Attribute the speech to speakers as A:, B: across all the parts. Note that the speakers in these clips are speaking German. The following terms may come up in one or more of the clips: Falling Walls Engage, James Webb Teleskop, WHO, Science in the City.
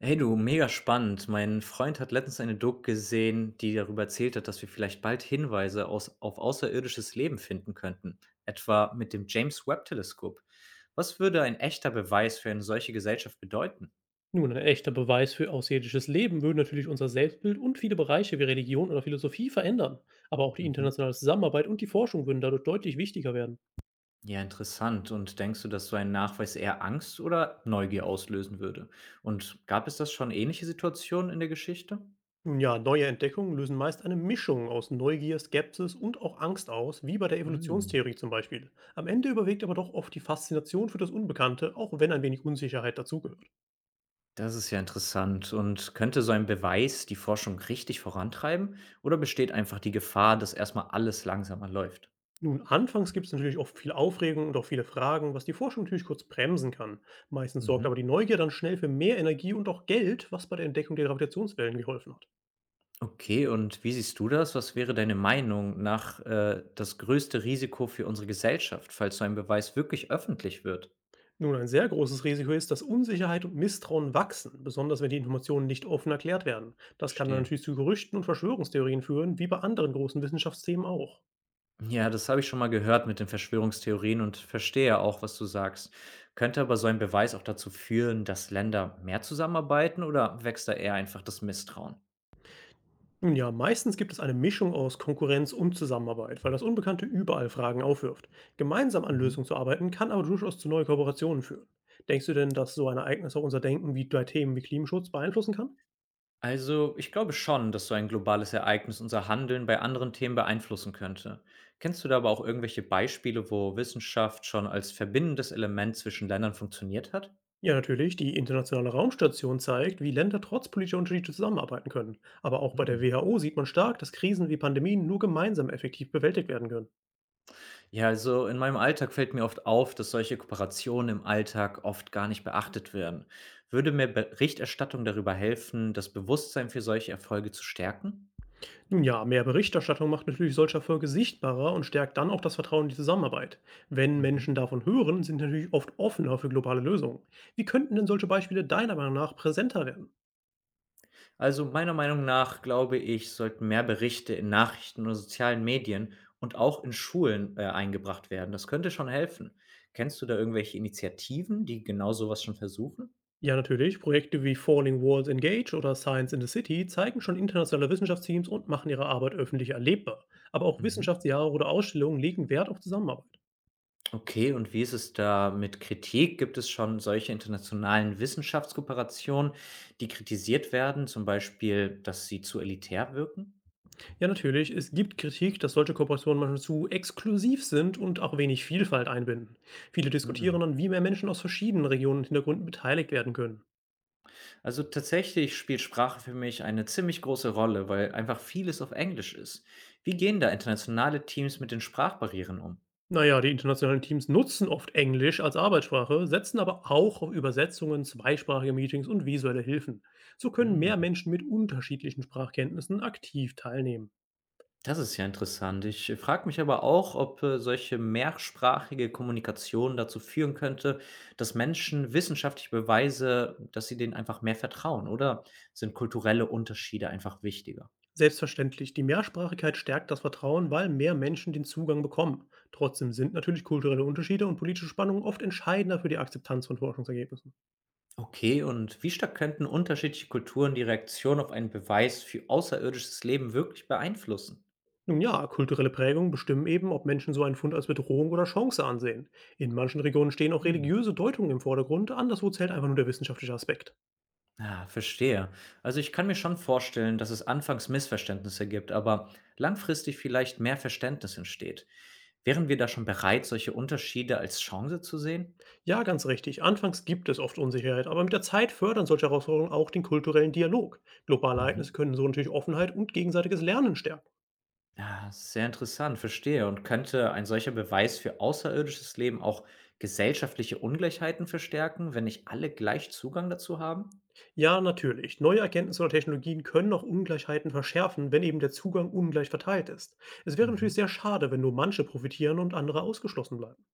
A: Hey du, mega spannend. Mein Freund hat letztens eine Doku gesehen, die darüber erzählt hat, dass wir vielleicht bald Hinweise aus, auf außerirdisches Leben finden könnten, etwa mit dem James Webb Teleskop. Was würde ein echter Beweis für eine solche Gesellschaft bedeuten?
B: Nun, ein echter Beweis für außerirdisches Leben würde natürlich unser Selbstbild und viele Bereiche wie Religion oder Philosophie verändern. Aber auch die
A: Mhm.
B: internationale Zusammenarbeit und die Forschung würden dadurch deutlich wichtiger werden.
A: Ja, interessant. Und denkst du, dass so ein Nachweis eher Angst oder Neugier auslösen würde? Und gab es das schon ähnliche Situationen in der Geschichte?
B: Nun ja, neue Entdeckungen lösen meist eine Mischung aus Neugier, Skepsis und auch Angst aus, wie bei der
A: Hm.
B: Evolutionstheorie zum Beispiel. Am Ende überwiegt aber doch oft die Faszination für das Unbekannte, auch wenn ein wenig Unsicherheit dazugehört.
A: Das ist ja interessant. Und könnte so ein Beweis die Forschung richtig vorantreiben oder besteht einfach die Gefahr, dass erstmal alles langsamer läuft?
B: Nun, anfangs gibt es natürlich oft viel Aufregung und auch viele Fragen, was die Forschung natürlich kurz bremsen kann. Meistens sorgt
A: Mhm.
B: aber die Neugier dann schnell für mehr Energie und auch Geld, was bei der Entdeckung der Gravitationswellen geholfen hat.
A: Okay, und wie siehst du das? Was wäre deine Meinung nach das größte Risiko für unsere Gesellschaft, falls so ein Beweis wirklich öffentlich wird?
B: Nun, ein sehr großes Risiko ist, dass Unsicherheit und Misstrauen wachsen, besonders wenn die Informationen nicht offen erklärt werden. Das kann dann
A: Verstehe.
B: natürlich zu Gerüchten und Verschwörungstheorien führen, wie bei anderen großen Wissenschaftsthemen auch.
A: Ja, das habe ich schon mal gehört mit den Verschwörungstheorien und verstehe auch, was du sagst. Könnte aber so ein Beweis auch dazu führen, dass Länder mehr zusammenarbeiten oder wächst da eher einfach das Misstrauen?
B: Nun ja, meistens gibt es eine Mischung aus Konkurrenz und Zusammenarbeit, weil das Unbekannte überall Fragen aufwirft. Gemeinsam an
A: Mhm.
B: Lösungen zu arbeiten, kann aber durchaus zu neuen Kooperationen führen. Denkst du denn, dass so ein Ereignis auch unser Denken wie bei Themen wie Klimaschutz beeinflussen kann?
A: Also, ich glaube schon, dass so ein globales Ereignis unser Handeln bei anderen Themen beeinflussen könnte. Kennst du da aber auch irgendwelche Beispiele, wo Wissenschaft schon als verbindendes Element zwischen Ländern funktioniert hat?
B: Ja, natürlich. Die internationale Raumstation zeigt, wie Länder trotz politischer Unterschiede zusammenarbeiten können. Aber auch bei der
A: Hm.
B: WHO sieht man stark, dass Krisen wie Pandemien nur gemeinsam effektiv bewältigt werden können.
A: Ja, also in meinem Alltag fällt mir oft auf, dass solche Kooperationen im Alltag oft gar nicht beachtet werden. Würde mir Berichterstattung darüber helfen, das Bewusstsein für solche Erfolge zu stärken?
B: Nun ja, mehr Berichterstattung macht natürlich solche Erfolge sichtbarer und stärkt dann auch das Vertrauen in die Zusammenarbeit. Wenn
A: Mhm.
B: Menschen davon hören, sind sie natürlich oft offener für globale Lösungen. Wie könnten denn solche Beispiele deiner Meinung nach präsenter werden?
A: Also meiner Meinung nach, glaube ich, sollten mehr Berichte in Nachrichten oder sozialen Medien und auch in Schulen, eingebracht werden. Das könnte schon helfen. Kennst du da irgendwelche Initiativen, die genau sowas schon versuchen?
B: Ja, natürlich. Projekte wie Falling Walls Engage oder Science in the City zeigen schon internationale Wissenschaftsteams und machen ihre Arbeit öffentlich erlebbar. Aber auch
A: Mhm.
B: Wissenschaftsjahre oder Ausstellungen legen Wert auf Zusammenarbeit.
A: Okay, und wie ist es da mit Kritik? Gibt es schon solche internationalen Wissenschaftskooperationen, die kritisiert werden, zum Beispiel, dass sie zu elitär wirken?
B: Ja, natürlich. Es gibt Kritik, dass solche Kooperationen manchmal zu exklusiv sind und auch wenig Vielfalt einbinden. Viele
A: Hm.
B: diskutieren dann, wie mehr Menschen aus verschiedenen Regionen und Hintergründen beteiligt werden können.
A: Also tatsächlich spielt Sprache für mich eine ziemlich große Rolle, weil einfach vieles auf Englisch ist. Wie gehen da internationale Teams mit den Sprachbarrieren um?
B: Naja, die internationalen Teams nutzen oft Englisch als Arbeitssprache, setzen aber auch auf Übersetzungen, zweisprachige Meetings und visuelle Hilfen. So können
A: Hm,
B: mehr Menschen mit unterschiedlichen Sprachkenntnissen aktiv teilnehmen.
A: das ist ja interessant. Ich frage mich aber auch, ob solche mehrsprachige Kommunikation dazu führen könnte, dass Menschen wissenschaftlich Beweise, dass sie denen einfach mehr vertrauen, oder sind kulturelle Unterschiede einfach wichtiger?
B: Selbstverständlich, die Mehrsprachigkeit stärkt das Vertrauen, weil mehr Menschen den Zugang bekommen. Trotzdem sind natürlich kulturelle Unterschiede und politische Spannungen oft entscheidender für die Akzeptanz von Forschungsergebnissen.
A: Okay, und wie stark könnten unterschiedliche Kulturen die Reaktion auf einen Beweis für außerirdisches Leben wirklich beeinflussen?
B: Nun ja, kulturelle Prägungen bestimmen eben, ob Menschen so einen Fund als Bedrohung oder Chance ansehen. In manchen Regionen stehen auch
A: Hm.
B: religiöse Deutungen im Vordergrund, anderswo zählt einfach nur der wissenschaftliche Aspekt.
A: Ah, verstehe. Also ich kann mir schon vorstellen, dass es anfangs Missverständnisse gibt, aber langfristig vielleicht mehr Verständnis entsteht. Wären wir da schon bereit, solche Unterschiede als Chance zu sehen?
B: Ja, ganz richtig, anfangs gibt es oft Unsicherheit, aber mit der Zeit fördern solche Herausforderungen auch den kulturellen Dialog. Globale
A: Mhm.
B: Ereignisse können so natürlich Offenheit und gegenseitiges Lernen stärken.
A: Ja, sehr interessant, verstehe. Und könnte ein solcher Beweis für außerirdisches Leben auch gesellschaftliche Ungleichheiten verstärken, wenn nicht alle gleich Zugang dazu haben?
B: Ja, natürlich. Neue Erkenntnisse oder Technologien können auch Ungleichheiten verschärfen, wenn eben der Zugang ungleich verteilt ist. Es wäre
A: Mhm.
B: natürlich sehr schade, wenn nur manche profitieren und andere ausgeschlossen bleiben.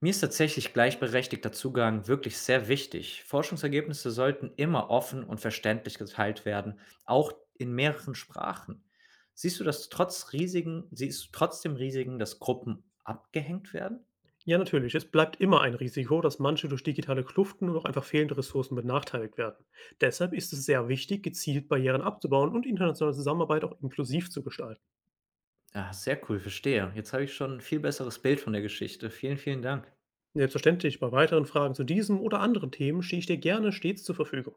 A: Mir ist tatsächlich gleichberechtigter Zugang wirklich sehr wichtig. Forschungsergebnisse sollten immer offen und verständlich geteilt werden, auch in mehreren Sprachen. Siehst du das trotz Risiken, siehst du trotzdem Risiken, dass Gruppen abgehängt werden?
B: Ja, natürlich. Es bleibt immer ein Risiko, dass manche durch digitale Kluften oder auch einfach fehlende Ressourcen benachteiligt werden. Deshalb ist es sehr wichtig, gezielt Barrieren abzubauen und internationale Zusammenarbeit auch inklusiv zu gestalten.
A: Ah, sehr cool, verstehe. Jetzt habe ich schon ein viel besseres Bild von der Geschichte. Vielen, vielen Dank.
B: Selbstverständlich, bei weiteren Fragen zu diesem oder anderen Themen stehe ich dir gerne stets zur Verfügung.